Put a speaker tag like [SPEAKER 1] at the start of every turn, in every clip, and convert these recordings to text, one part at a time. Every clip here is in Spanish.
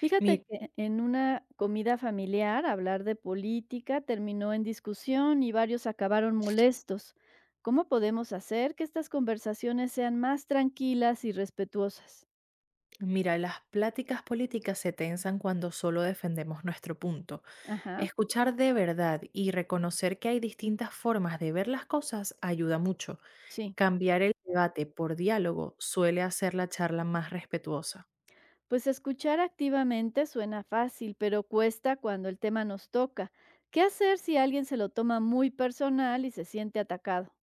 [SPEAKER 1] Fíjate
[SPEAKER 2] Mi-
[SPEAKER 1] que en una comida familiar hablar de política terminó en discusión y varios acabaron molestos. ¿Cómo podemos hacer que estas conversaciones sean más tranquilas y respetuosas?
[SPEAKER 2] Mira, las pláticas políticas se tensan cuando solo defendemos nuestro punto.
[SPEAKER 1] Ajá,
[SPEAKER 2] Escuchar de verdad y reconocer que hay distintas formas de ver las cosas ayuda mucho.
[SPEAKER 1] sí.
[SPEAKER 2] Cambiar el debate por diálogo suele hacer la charla más respetuosa.
[SPEAKER 1] Pues escuchar activamente suena fácil, pero cuesta cuando el tema nos toca. ¿Qué hacer si alguien se lo toma muy personal y se siente atacado?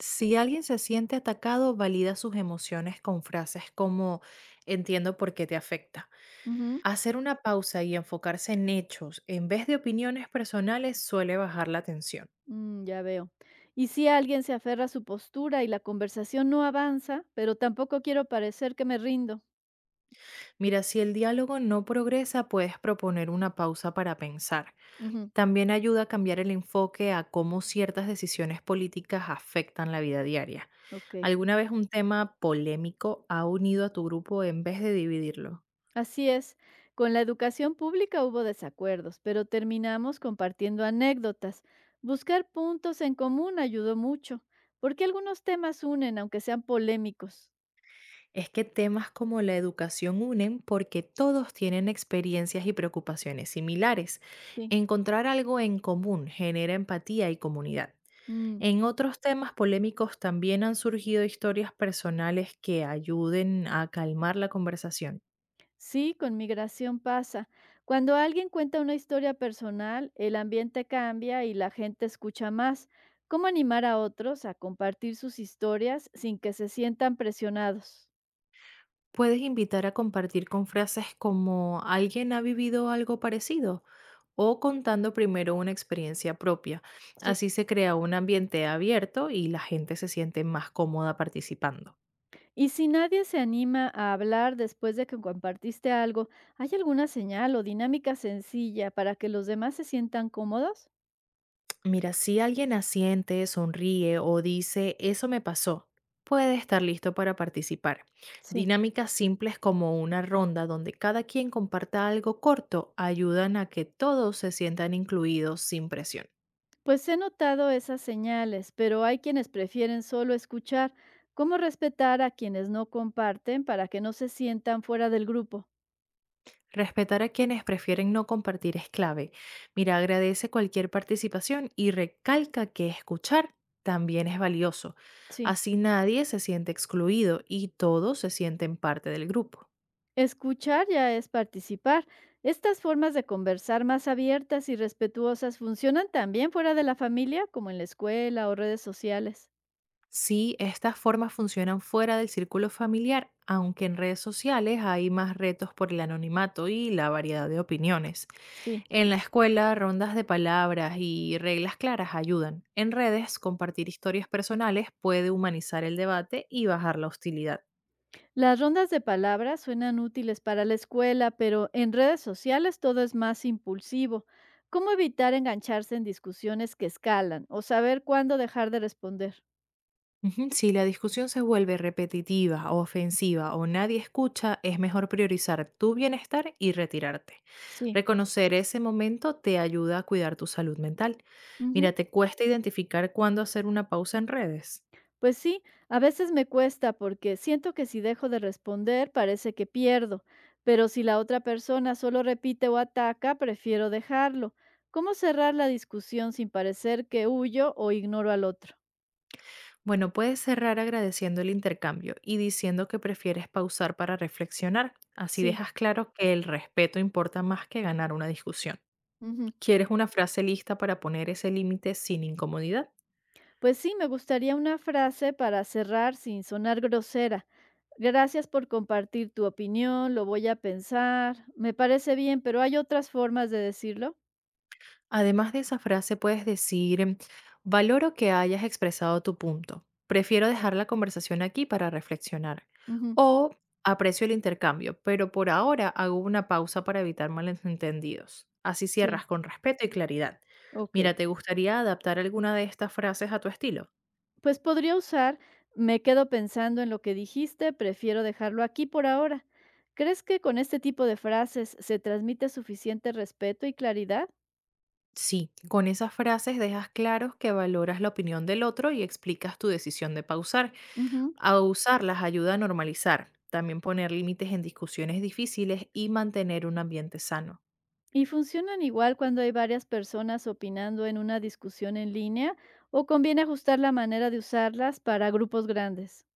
[SPEAKER 2] Si alguien se siente atacado, valida sus emociones con frases como entiendo por qué te afecta.
[SPEAKER 1] Ujú.
[SPEAKER 2] Hacer una pausa y enfocarse en hechos en vez de opiniones personales suele bajar la tensión.
[SPEAKER 1] Ya veo. ¿Y si alguien se aferra a su postura y la conversación no avanza, pero tampoco quiero parecer que me rindo?
[SPEAKER 2] Mira, si el diálogo no progresa, puedes proponer una pausa para pensar.
[SPEAKER 1] Ujú,
[SPEAKER 2] También ayuda a cambiar el enfoque a cómo ciertas decisiones políticas afectan la vida diaria.
[SPEAKER 1] ok,
[SPEAKER 2] ¿Alguna vez un tema polémico ha unido a tu grupo en vez de dividirlo?
[SPEAKER 1] así es. Con la educación pública hubo desacuerdos, pero terminamos compartiendo anécdotas. Buscar puntos en común ayudó mucho, porque algunos temas unen, aunque sean polémicos.
[SPEAKER 2] Es que temas como la educación unen porque todos tienen experiencias y preocupaciones similares.
[SPEAKER 1] Sí.
[SPEAKER 2] Encontrar algo en común genera empatía y comunidad.
[SPEAKER 1] Mm.
[SPEAKER 2] En otros temas polémicos también han surgido historias personales que ayuden a calmar la conversación.
[SPEAKER 1] Sí, con migración pasa. Cuando alguien cuenta una historia personal, el ambiente cambia y la gente escucha más. ¿Cómo animar a otros a compartir sus historias sin que se sientan presionados?
[SPEAKER 2] Puedes invitar a compartir con frases como alguien ha vivido algo parecido o contando primero una experiencia propia.
[SPEAKER 1] Sí.
[SPEAKER 2] Así se crea un ambiente abierto y la gente se siente más cómoda participando.
[SPEAKER 1] Y si nadie se anima a hablar después de que compartiste algo, ¿hay alguna señal o dinámica sencilla para que los demás se sientan cómodos?
[SPEAKER 2] Mira, si alguien asiente, sonríe o dice, eso me pasó, puede estar listo para participar.
[SPEAKER 1] Sí.
[SPEAKER 2] Dinámicas simples como una ronda donde cada quien comparta algo corto ayudan a que todos se sientan incluidos sin presión.
[SPEAKER 1] Pues he notado esas señales, pero hay quienes prefieren solo escuchar. ¿Cómo respetar a quienes no comparten para que no se sientan fuera del grupo?
[SPEAKER 2] Respetar a quienes prefieren no compartir es clave. Mira, agradece cualquier participación y recalca que escuchar también es valioso.
[SPEAKER 1] Sí,
[SPEAKER 2] Así nadie se siente excluido y todos se sienten parte del grupo.
[SPEAKER 1] escuchar ya es participar. Estas formas de conversar más abiertas y respetuosas funcionan también fuera de la familia, como en la escuela o redes sociales.
[SPEAKER 2] Sí, estas formas funcionan fuera del círculo familiar, aunque en redes sociales hay más retos por el anonimato y la variedad de opiniones.
[SPEAKER 1] Sí.
[SPEAKER 2] En la escuela, rondas de palabras y reglas claras ayudan. En redes, compartir historias personales puede humanizar el debate y bajar la hostilidad.
[SPEAKER 1] Las rondas de palabras suenan útiles para la escuela, pero en redes sociales todo es más impulsivo. ¿Cómo evitar engancharse en discusiones que escalan o saber cuándo dejar de responder?
[SPEAKER 2] Ujú, si la discusión se vuelve repetitiva o ofensiva o nadie escucha, es mejor priorizar tu bienestar y retirarte.
[SPEAKER 1] Sí,
[SPEAKER 2] Reconocer ese momento te ayuda a cuidar tu salud mental. Mira,
[SPEAKER 1] ujú.
[SPEAKER 2] ¿te cuesta identificar cuándo hacer una pausa en redes?
[SPEAKER 1] Pues sí, a veces me cuesta porque siento que si dejo de responder parece que pierdo, pero si la otra persona solo repite o ataca, prefiero dejarlo. ¿Cómo cerrar la discusión sin parecer que huyo o ignoro al otro?
[SPEAKER 2] Bueno, puedes cerrar agradeciendo el intercambio y diciendo que prefieres pausar para reflexionar. Así
[SPEAKER 1] Sí,
[SPEAKER 2] dejas claro que el respeto importa más que ganar una discusión.
[SPEAKER 1] ujú.
[SPEAKER 2] ¿Quieres una frase lista para poner ese límite sin incomodidad?
[SPEAKER 1] Pues sí, me gustaría una frase para cerrar sin sonar grosera. Gracias por compartir tu opinión, lo voy a pensar. Me parece bien, pero ¿hay otras formas de decirlo?
[SPEAKER 2] Además de esa frase, puedes decir, valoro que hayas expresado tu punto. Prefiero dejar la conversación aquí para reflexionar.
[SPEAKER 1] Ujú,
[SPEAKER 2] O aprecio el intercambio, pero por ahora hago una pausa para evitar malentendidos. Así
[SPEAKER 1] sí,
[SPEAKER 2] cierras con respeto y claridad.
[SPEAKER 1] ok.
[SPEAKER 2] Mira, ¿te gustaría adaptar alguna de estas frases a tu estilo?
[SPEAKER 1] Pues podría usar, me quedo pensando en lo que dijiste, prefiero dejarlo aquí por ahora. ¿Crees que con este tipo de frases se transmite suficiente respeto y claridad?
[SPEAKER 2] Sí, con esas frases dejas claros que valoras la opinión del otro y explicas tu decisión de pausar.
[SPEAKER 1] Ujú.
[SPEAKER 2] A usarlas ayuda a normalizar, también poner límites en discusiones difíciles y mantener un ambiente sano.
[SPEAKER 1] ¿Y funcionan igual cuando hay varias personas opinando en una discusión en línea o conviene ajustar la manera de usarlas para grupos grandes?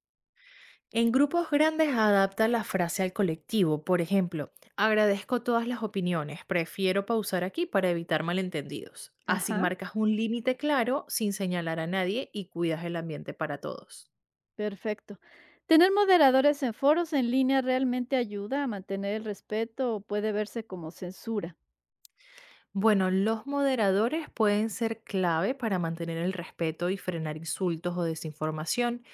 [SPEAKER 2] En grupos grandes adapta la frase al colectivo, por ejemplo, agradezco todas las opiniones, prefiero pausar aquí para evitar malentendidos. Así
[SPEAKER 1] Ajá,
[SPEAKER 2] marcas un límite claro sin señalar a nadie y cuidas el ambiente para todos.
[SPEAKER 1] perfecto. ¿Tener moderadores en foros en línea realmente ayuda a mantener el respeto o puede verse como censura?
[SPEAKER 2] Bueno, los moderadores pueden ser clave para mantener el respeto y frenar insultos o desinformación,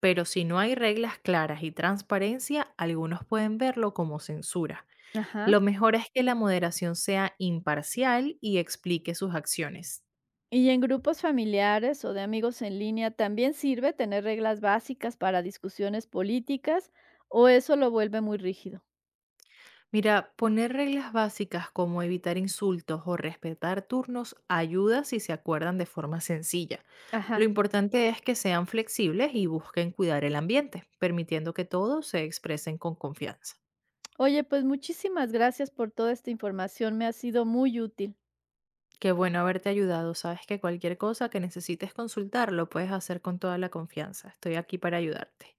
[SPEAKER 2] pero si no hay reglas claras y transparencia, algunos pueden verlo como censura.
[SPEAKER 1] Ajá.
[SPEAKER 2] Lo mejor es que la moderación sea imparcial y explique sus acciones.
[SPEAKER 1] ¿Y en grupos familiares o de amigos en línea también sirve tener reglas básicas para discusiones políticas o eso lo vuelve muy rígido?
[SPEAKER 2] Mira, poner reglas básicas como evitar insultos o respetar turnos ayuda si se acuerdan de forma sencilla. Lo
[SPEAKER 1] Ajá.
[SPEAKER 2] importante es que sean flexibles y busquen cuidar el ambiente, permitiendo que todos se expresen con confianza.
[SPEAKER 1] Oye, pues muchísimas gracias por toda esta información, me ha sido muy útil.
[SPEAKER 2] Qué bueno haberte ayudado. Sabes que cualquier cosa que necesites consultar lo puedes hacer con toda la confianza. Estoy aquí para ayudarte.